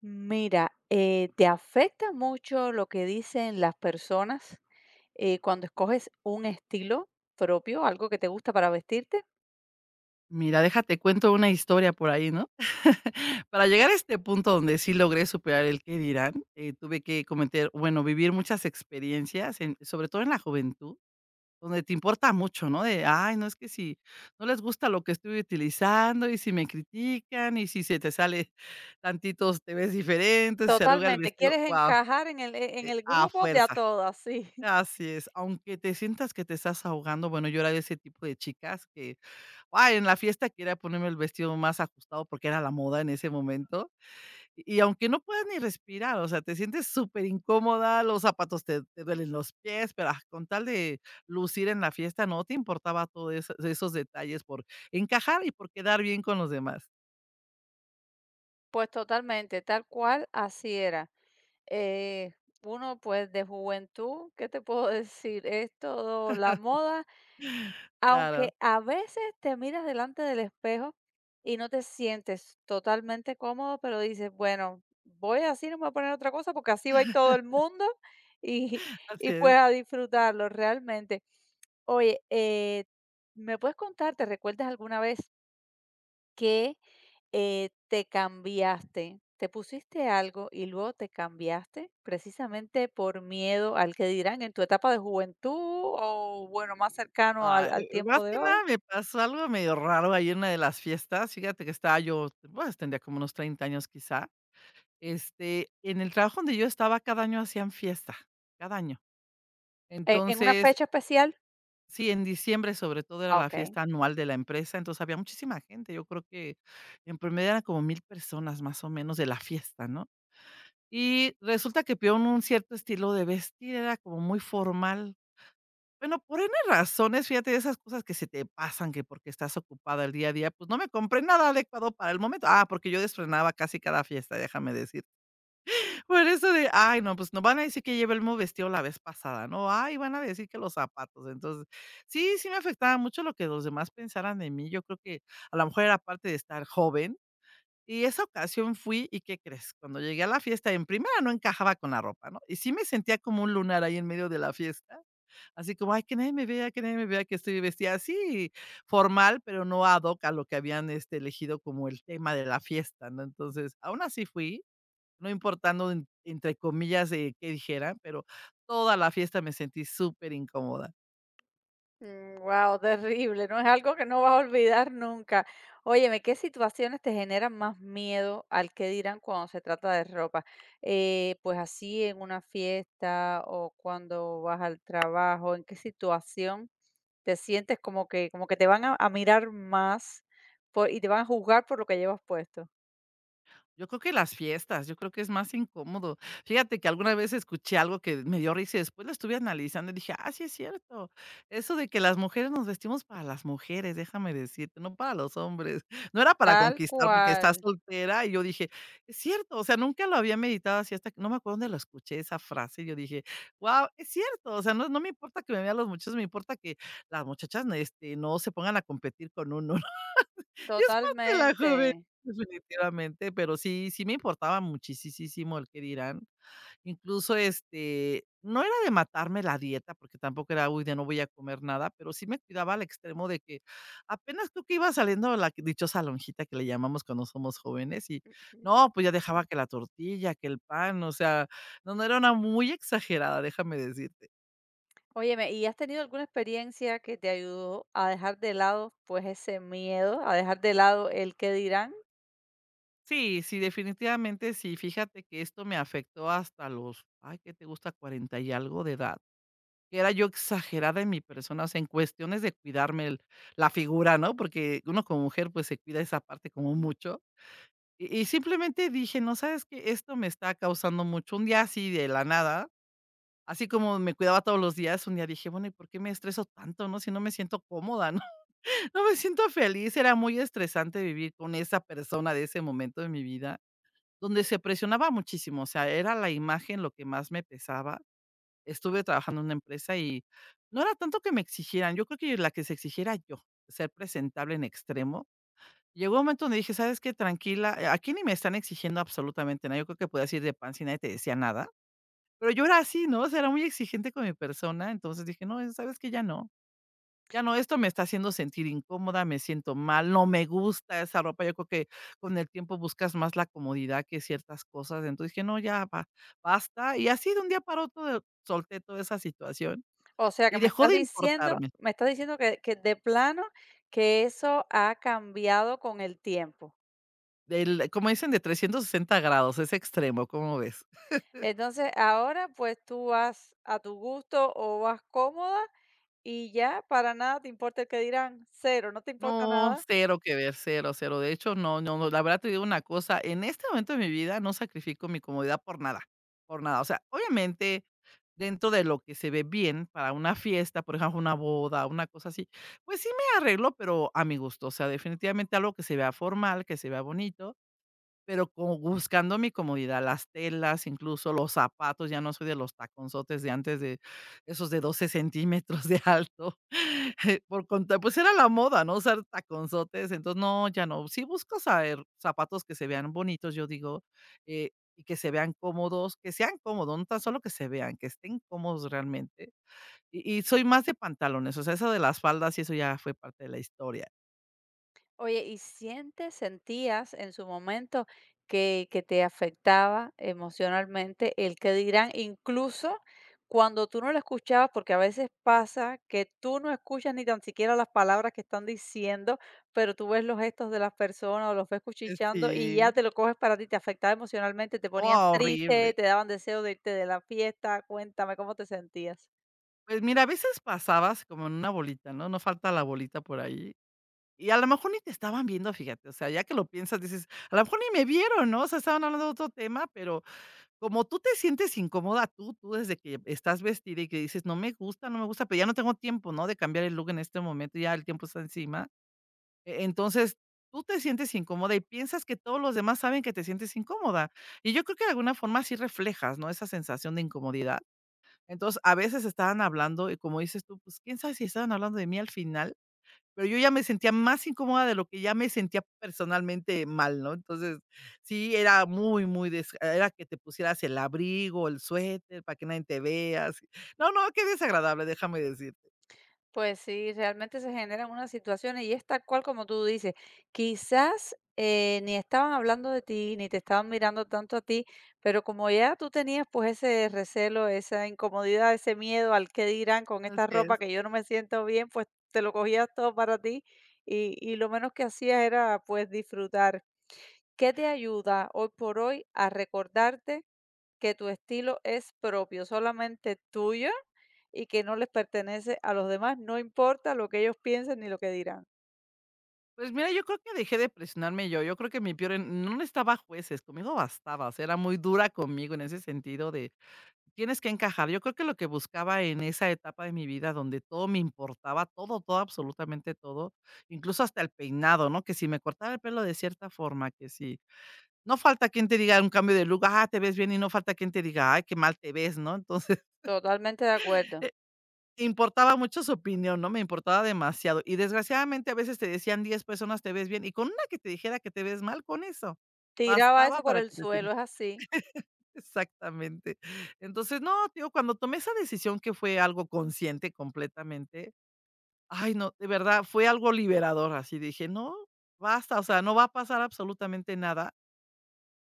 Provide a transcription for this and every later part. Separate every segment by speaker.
Speaker 1: Mira, ¿te afecta mucho lo que dicen las personas cuando escoges un estilo propio, algo que te gusta para vestirte?
Speaker 2: Mira, déjate cuento una historia por ahí, ¿no? Para llegar a este punto donde sí logré superar el qué dirán, tuve que cometer, bueno, vivir muchas experiencias, sobre todo en la juventud, donde te importa mucho, ¿no? De, ay, no es que si no les gusta lo que estoy utilizando y si me critican y si se te sale tantitos, te ves diferente, se arruga el
Speaker 1: Totalmente,
Speaker 2: vestido,
Speaker 1: quieres
Speaker 2: wow,
Speaker 1: encajar en el
Speaker 2: a
Speaker 1: grupo de a
Speaker 2: fuerza.
Speaker 1: todas, sí.
Speaker 2: Así es, aunque te sientas que te estás ahogando, bueno, yo era de ese tipo de chicas que ay, en la fiesta quería ponerme el vestido más ajustado porque era la moda en ese momento. Y aunque no puedas ni respirar, o sea, te sientes súper incómoda, los zapatos te duelen los pies, pero, con tal de lucir en la fiesta, no te importaba todo esos detalles por encajar y por quedar bien con los demás.
Speaker 1: Pues totalmente, tal cual así era. Eh, Uno pues de juventud, ¿qué te puedo decir? Es todo la moda.
Speaker 2: Claro,
Speaker 1: Aunque a veces te miras delante del espejo y no te sientes totalmente cómodo, pero dices, bueno, voy así, no me voy a poner otra cosa porque así va a ir todo el mundo y,
Speaker 2: así
Speaker 1: y
Speaker 2: es.
Speaker 1: pues a disfrutarlo realmente. Oye, ¿me puedes contar, te recuerdas alguna vez que te cambiaste? ¿Te pusiste algo y luego te cambiaste precisamente por miedo al que dirán en tu etapa de juventud o bueno, más cercano al
Speaker 2: Ay, más
Speaker 1: tiempo de
Speaker 2: que
Speaker 1: hoy?
Speaker 2: nada me pasó algo medio raro ahí en una de las fiestas. Fíjate que estaba yo, pues, tendría como unos 30 años, quizá. En el trabajo donde yo estaba, cada año hacían fiesta, cada año.
Speaker 1: ¿En una
Speaker 2: Entonces,
Speaker 1: fecha especial?
Speaker 2: sí, en diciembre, sobre todo, era
Speaker 1: Ah,
Speaker 2: la
Speaker 1: okey.
Speaker 2: fiesta anual de la empresa, entonces había muchísima gente. Yo creo que en promedio eran como 1000 personas, más o menos, de la fiesta, ¿no? Y resulta que pidieron un cierto estilo de vestir, era como muy formal. Bueno, por N razones, fíjate, de esas cosas que se te pasan, que porque estás ocupada el día a día, pues no me compré nada adecuado para el momento. Ah, porque yo desfrenaba casi cada fiesta, déjame decir. Por eso de, ay, no, pues, no van a decir que lleve el mismo vestido la vez pasada, ¿no? Ay, van a decir que los zapatos. Entonces, sí, sí me afectaba mucho lo que los demás pensaran de mí. Yo creo que a lo mejor era parte de estar joven. Y esa ocasión fui, ¿y qué crees? Cuando llegué a la fiesta, en primera no encajaba con la ropa, ¿no? Y sí me sentía como un lunar ahí en medio de la fiesta, así como, ay, que nadie me vea, que nadie me vea que estoy vestida así, formal, pero no ad hoc a lo que habían elegido como el tema de la fiesta, ¿no? Entonces, aún así fui no importando en entre comillas, qué dijera, pero toda la fiesta me sentí súper incómoda.
Speaker 1: Mm, terrible, ¿no? Es algo que no vas a olvidar nunca. Óyeme, ¿qué situaciones te generan más miedo al que dirán cuando se trata de ropa? Pues, así en una fiesta o cuando vas al trabajo, ¿en qué situación te sientes como que te van a mirar más por y te van a juzgar por lo que llevas puesto?
Speaker 2: Yo creo que las fiestas, yo creo que es más incómodo. Fíjate que alguna vez escuché algo que me dio risa y después lo estuve analizando y dije: "Ah, sí es cierto, eso de que las mujeres nos vestimos para las mujeres, déjame decirte, no para los hombres". No era para
Speaker 1: Tal
Speaker 2: conquistar porque estás
Speaker 1: cual,
Speaker 2: soltera y yo dije: "Es cierto", o sea, nunca lo había meditado así hasta que no me acuerdo dónde lo escuché esa frase, y yo dije: "Guau, es cierto", o sea, no me importa que me vean los muchachos, me importa que las muchachas, no se pongan a competir con uno. Y es parte de la
Speaker 1: totalmente.
Speaker 2: juventud, definitivamente, pero sí, sí me importaba muchisísimo el qué dirán. Incluso, no era de matarme la dieta, porque tampoco era: "Uy, ya no voy a comer nada", pero sí me cuidaba al extremo de que apenas tú que ibas saliendo dichosa lonjita que le llamamos cuando somos jóvenes y, no, pues ya dejaba que la tortilla, que el pan, o sea, no, no, era una muy exagerada, déjame decirte.
Speaker 1: Óyeme, ¿y has tenido alguna experiencia que te ayudó a dejar de lado, pues, ese miedo, a dejar de lado el qué dirán?
Speaker 2: Sí, sí, definitivamente sí. Fíjate que esto me afectó hasta los, ay, ¿qué te gusta? Cuarenta y algo de edad. Que Era yo exagerada en mi persona, o sea, en cuestiones de cuidarme el la figura, ¿no? Porque uno como mujer, pues, se cuida esa parte como mucho. Y simplemente dije: "No, ¿sabes que Esto me está causando mucho". Un día así de la nada, así como me cuidaba todos los días, un día dije: "Bueno, ¿y por qué me estreso tanto, no? Si no me siento cómoda, ¿no? No me siento feliz". Era muy estresante vivir con esa persona de ese momento de mi vida, donde se presionaba muchísimo, o sea, era la imagen lo que más me pesaba. Estuve trabajando en una empresa y no era tanto que me exigieran, yo creo que la que se exigiera yo, ser presentable en extremo. Llegó un momento donde dije: "¿Sabes qué? Tranquila, aquí ni me están exigiendo absolutamente nada". Yo creo que podías ir de pan y nadie te decía nada, pero yo era así, ¿no? O sea, era muy exigente con mi persona, entonces dije: "No, ¿sabes qué? Ya no, ya no, esto me está haciendo sentir incómoda, me siento mal, no me gusta esa ropa". Yo creo que con el tiempo buscas más la comodidad que ciertas cosas, entonces dije: "No, ya ba basta". Y así de un día para otro solté toda esa situación.
Speaker 1: O sea, que
Speaker 2: Y dejó de importarme.
Speaker 1: me estás diciendo que de plano que eso ha cambiado con el tiempo.
Speaker 2: Del como dicen, de 360 grados, es extremo, ¿cómo ves?
Speaker 1: Entonces, ahora, pues, tú vas a tu gusto o vas cómoda y ya para nada te importa el qué dirán, cero, no te importa
Speaker 2: No,
Speaker 1: nada.
Speaker 2: cero que ver, cero, cero. De hecho, no, no, no, la verdad te digo una cosa, en este momento de mi vida no sacrifico mi comodidad por nada, por nada. O sea, obviamente, dentro de lo que se ve bien para una fiesta, por ejemplo, una boda, una cosa así, pues sí me arreglo, pero a mi gusto. O sea, definitivamente algo que se vea formal, que se vea bonito. Pero como buscando mi comodidad, las telas, incluso los zapatos, ya no soy de los taconzotes de antes, de esos de 12 centímetros de alto, por contar, pues era la moda, ¿no? Usar taconzotes, entonces no, ya no. Sí busco saber zapatos que se vean bonitos, yo digo, y que se vean cómodos, que sean cómodos, no tan solo que se vean, que estén cómodos realmente. Y soy más de pantalones, o sea, eso de las faldas y eso ya fue parte de la historia.
Speaker 1: Oye, ¿y sientes, sentías en su momento que te afectaba emocionalmente el que dirán, incluso cuando tú no lo escuchabas, porque a veces pasa que tú no escuchas ni tan siquiera las palabras que están diciendo, pero tú ves los gestos de las personas o los ves cuchicheando y ya
Speaker 2: Sí.
Speaker 1: te lo coges para ti, te afectaba emocionalmente, te ponías
Speaker 2: Oh, horrible.
Speaker 1: triste, te daban deseo de irte de la fiesta, cuéntame cómo te sentías.
Speaker 2: Pues mira, a veces pasabas como en una bolita, ¿no? No falta la bolita por ahí. Y a lo mejor ni te estaban viendo, fíjate, o sea, ya que lo piensas, dices, a lo mejor ni me vieron, ¿no? O sea, estaban hablando de otro tema, pero como tú te sientes incómoda tú, desde que estás vestida y que dices, no me gusta, no me gusta, pero ya no tengo tiempo, ¿no? De cambiar el look en este momento, ya el tiempo está encima. Entonces, tú te sientes incómoda y piensas que todos los demás saben que te sientes incómoda. Y yo creo que de alguna forma sí reflejas, ¿no? Esa sensación de incomodidad. Entonces, a veces estaban hablando y como dices tú, pues, quién sabe si estaban hablando de mí al final, pero yo ya me sentía más incómoda de lo que ya me sentía personalmente mal, ¿no? Entonces, sí, era muy, muy des era que te pusieras el abrigo, el suéter para que nadie te vea, así. No, no, qué desagradable, déjame decirte.
Speaker 1: Pues sí, realmente se generan unas situaciones y es tal cual como tú dices. Quizás ni estaban hablando de ti, ni te estaban mirando tanto a ti, pero como ya tú tenías pues ese recelo, esa incomodidad, ese miedo al que dirán con
Speaker 2: Así
Speaker 1: esta
Speaker 2: es.
Speaker 1: ropa que yo no me siento bien, pues te lo cogías todo para ti y lo menos que hacías era pues disfrutar. ¿Qué te ayuda hoy por hoy a recordarte que tu estilo es propio, solamente tuyo y que no les pertenece a los demás, no importa lo que ellos piensen ni lo que dirán?
Speaker 2: Pues mira, yo creo que dejé de presionarme yo. Yo creo que mi peor en no necesitaba jueces, conmigo bastaba, o sea, era muy dura conmigo en ese sentido de tienes que encajar. Yo creo que lo que buscaba en esa etapa de mi vida donde todo me importaba, todo, todo, absolutamente todo, incluso hasta el peinado, ¿no? Que si me cortaba el pelo de cierta forma, que si no falta quien te diga un cambio de look, ah, te ves bien y no falta quien te diga, ay, qué mal te ves, ¿no? Entonces,
Speaker 1: Totalmente de acuerdo.
Speaker 2: eh, importaba mucho su opinión, ¿no? Me importaba demasiado. Y desgraciadamente a veces te decían 10 personas te ves bien y con una que te dijera que te ves mal, con eso,
Speaker 1: Tiraba
Speaker 2: bastaba
Speaker 1: eso por
Speaker 2: para
Speaker 1: el
Speaker 2: que te
Speaker 1: suelo, es así.
Speaker 2: exactamente. Entonces, no, te digo, cuando tomé esa decisión que fue algo consciente completamente, ay, no, de verdad, fue algo liberador, así dije: "No, basta, o sea, no va a pasar absolutamente nada".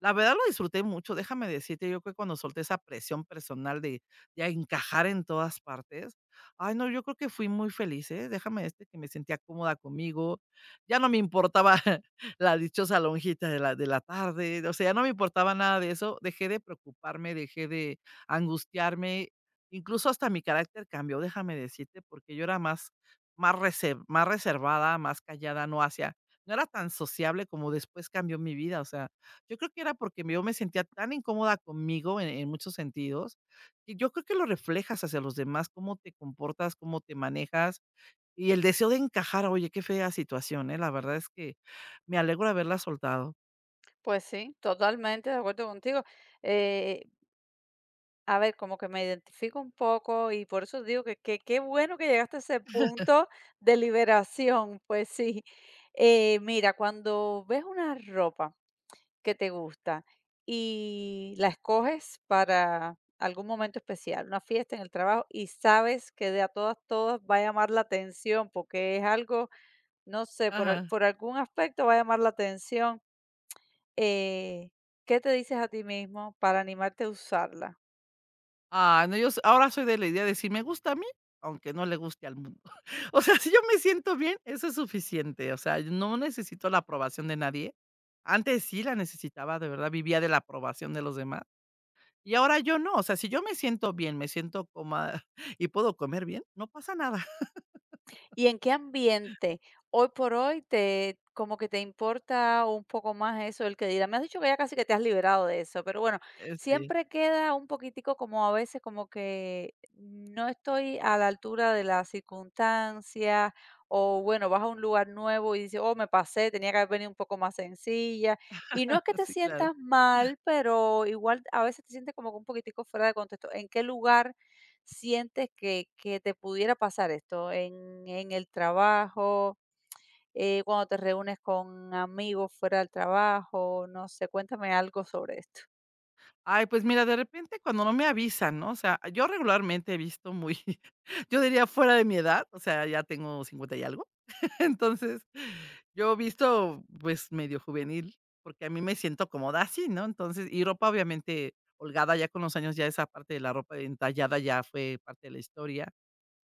Speaker 2: La verdad lo disfruté mucho, déjame decirte, yo creo que cuando solté esa presión personal de encajar en todas partes, ay, no, yo creo que fui muy feliz, ¿eh? Déjame que me sentía cómoda conmigo, ya no me importaba la dichosa lonjita de la tarde, o sea, ya no me importaba nada de eso, dejé de preocuparme, dejé de angustiarme, incluso hasta mi carácter cambió, déjame decirte, porque yo era más más rese más reservada, más callada, no hacía no era tan sociable como después cambió mi vida, o sea, yo creo que era porque yo me sentía tan incómoda conmigo en muchos sentidos, que yo creo que lo reflejas hacia los demás, cómo te comportas, cómo te manejas y el deseo de encajar. Oye, qué fea situación, ¿eh? La verdad es que me alegro de haberla soltado.
Speaker 1: Pues sí, totalmente de acuerdo contigo. Eh, a ver, como que me identifico un poco y por eso digo que qué bueno que llegaste a ese punto de liberación. Pues sí. Mira, cuando ves una ropa, que te gusta y la escoges para algún momento especial, una fiesta en el trabajo y sabes que de a todas, todas va a llamar la atención porque es algo, no sé, por,
Speaker 2: Ajá.
Speaker 1: por algún aspecto va a llamar la atención. eh, ¿Qué te dices a ti mismo para animarte a usarla?
Speaker 2: Ah, no, yo s ahora soy de la idea de si me gusta a mí, aunque no le guste al mundo. O sea, si yo me siento bien, eso es suficiente. O sea, no necesito la aprobación de nadie. Antes sí la necesitaba, de verdad, vivía de la aprobación de los demás. Y ahora yo no, o sea, si yo me siento bien, me siento cómoda y puedo comer bien, no pasa nada.
Speaker 1: ¿Y en qué ambiente hoy por hoy te como que te importa un poco más eso el que dirá? Me has dicho que ya casi que te has liberado de eso, pero bueno,
Speaker 2: Sí,
Speaker 1: siempre queda un poquitico como a veces como que no estoy a la altura de las circunstancias o bueno, vas a un lugar nuevo y dices, oh, me pasé, tenía que haber venido un poco más sencilla. Y no es que te
Speaker 2: sí, claro.
Speaker 1: sientas mal, pero igual a veces te sientes como que un poquitico fuera de contexto. ¿En qué lugar sientes que te pudiera pasar esto en el trabajo, cuando te reúnes con amigos fuera del trabajo? No sé, cuéntame algo sobre esto.
Speaker 2: Ay, pues mira, de repente cuando no me avisan, ¿no? O sea, yo regularmente he visto yo diría fuera de mi edad, o sea, ya tengo 50 y algo. Entonces, yo he visto pues medio juvenil, porque a mí me siento cómoda así, ¿no? Entonces, y ropa obviamente holgada ya con los años, ya esa parte de la ropa entallada ya fue parte de la historia.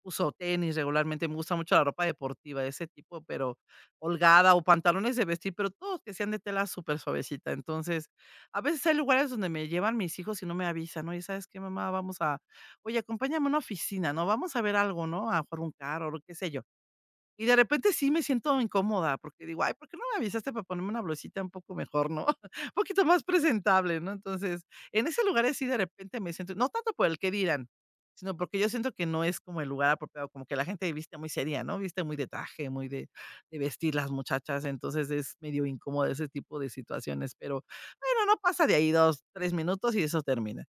Speaker 2: Uso tenis regularmente, me gusta mucho la ropa deportiva de ese tipo, pero holgada o pantalones de vestir, pero todos que sean de tela súper suavecita. Entonces, a veces hay lugares donde me llevan mis hijos y no me avisan: "no y ¿sabes qué, mamá? Vamos a oye, acompáñame a una oficina, ¿no? Vamos a ver algo, ¿no? A jugar un carro", o qué sé yo. Y de repente sí me siento incómoda, porque digo: "Ay, ¿por qué no me avisaste para ponerme una blusita un poco mejor, no? Un poquito más presentable", ¿no? Entonces, en ese lugar sí de repente me siento no tanto por el que dirán, sino porque yo siento que no es como el lugar apropiado, como que la gente viste muy seria, ¿no? Viste muy de traje, muy de vestir las muchachas, entonces es medio incómodo ese tipo de situaciones, pero bueno, no pasa de ahí 2 3 minutos y eso termina.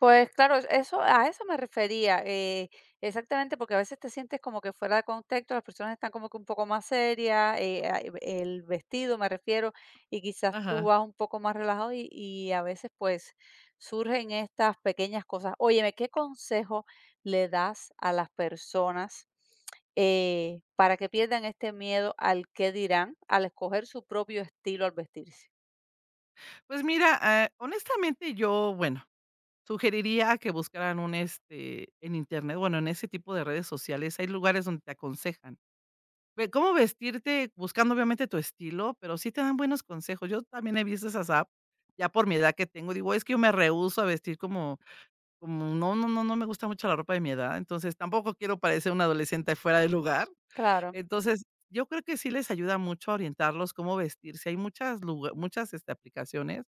Speaker 1: Pues claro, eso a eso me refería, exactamente, porque a veces te sientes como que fuera de contexto, las personas están como que un poco más serias, el vestido me refiero, y quizás tú
Speaker 2: Ajá.
Speaker 1: vas un poco más relajado y a veces pues surgen estas pequeñas cosas. Óyeme, ¿qué consejo le das a las personas para que pierdan este miedo al qué dirán al escoger su propio estilo al vestirse?
Speaker 2: Pues mira, ah, honestamente yo, bueno, sugeriría que buscaran un, este, en Internet, bueno, en ese tipo de redes sociales, hay lugares donde te aconsejan. Ve cómo vestirte, buscando obviamente tu estilo, pero sí te dan buenos consejos. Yo también he visto esas apps, ya por mi edad que tengo, digo, es que yo me rehúso a vestir como como no me gusta mucho la ropa de mi edad, entonces tampoco quiero parecer una adolescente fuera de lugar.
Speaker 1: Claro.
Speaker 2: Entonces, yo creo que sí les ayuda mucho a orientarlos cómo vestirse. Hay muchas, este, aplicaciones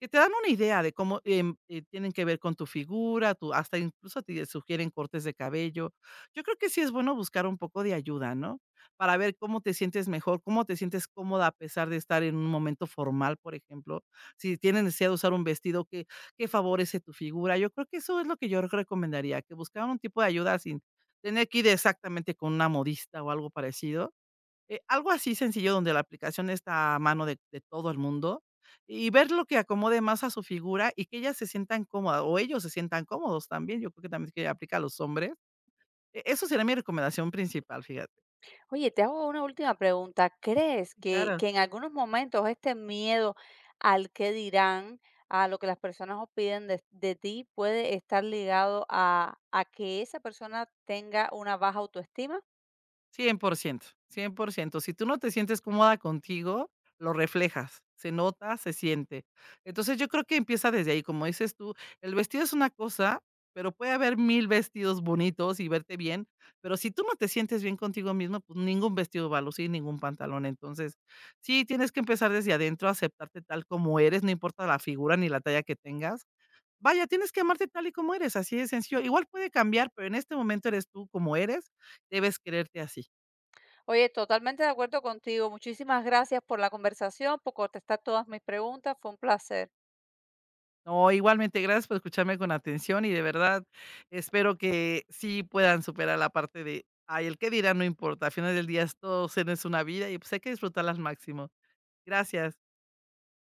Speaker 2: que te dan una idea de cómo, tienen que ver con tu figura, tu hasta incluso te sugieren cortes de cabello. Yo creo que sí es bueno buscar un poco de ayuda, ¿no? Para ver cómo te sientes mejor, cómo te sientes cómoda a pesar de estar en un momento formal, por ejemplo. Si tienes necesidad de usar un vestido que favorece tu figura. Yo creo que eso es lo que yo recomendaría, que buscaran un tipo de ayuda sin tener que ir exactamente con una modista o algo parecido, algo así sencillo donde la aplicación está a mano de todo el mundo, y ver lo que acomode más a su figura y que ellas se sientan cómodas, o ellos se sientan cómodos también, yo creo que también que aplica a los hombres. Eso sería mi recomendación principal, fíjate.
Speaker 1: Oye, te hago una última pregunta. ¿Crees
Speaker 2: Claro.
Speaker 1: que en algunos momentos este miedo al que dirán, a lo que las personas opinen de ti, puede estar ligado a que esa persona tenga una baja autoestima?
Speaker 2: Cien por ciento, 100%. Si tú no te sientes cómoda contigo, lo reflejas, se nota, se siente. Entonces, yo creo que empieza desde ahí, como dices tú, el vestido es una cosa, pero puede haber mil vestidos bonitos y verte bien, pero si tú no te sientes bien contigo mismo, pues ningún vestido va a lucir, ningún pantalón. Entonces, sí, tienes que empezar desde adentro, aceptarte tal como eres, no importa la figura ni la talla que tengas. Vaya, tienes que amarte tal y como eres, así de sencillo. Igual puede cambiar, pero en este momento eres tú como eres, debes quererte así.
Speaker 1: Oye, totalmente de acuerdo contigo. Muchísimas gracias por la conversación, por contestar todas mis preguntas. Fue un placer.
Speaker 2: No, igualmente, gracias por escucharme con atención y de verdad espero que sí puedan superar la parte de, ay, el qué dirán no importa, al final del día todos es una vida y pues hay que disfrutarla al máximo. Gracias.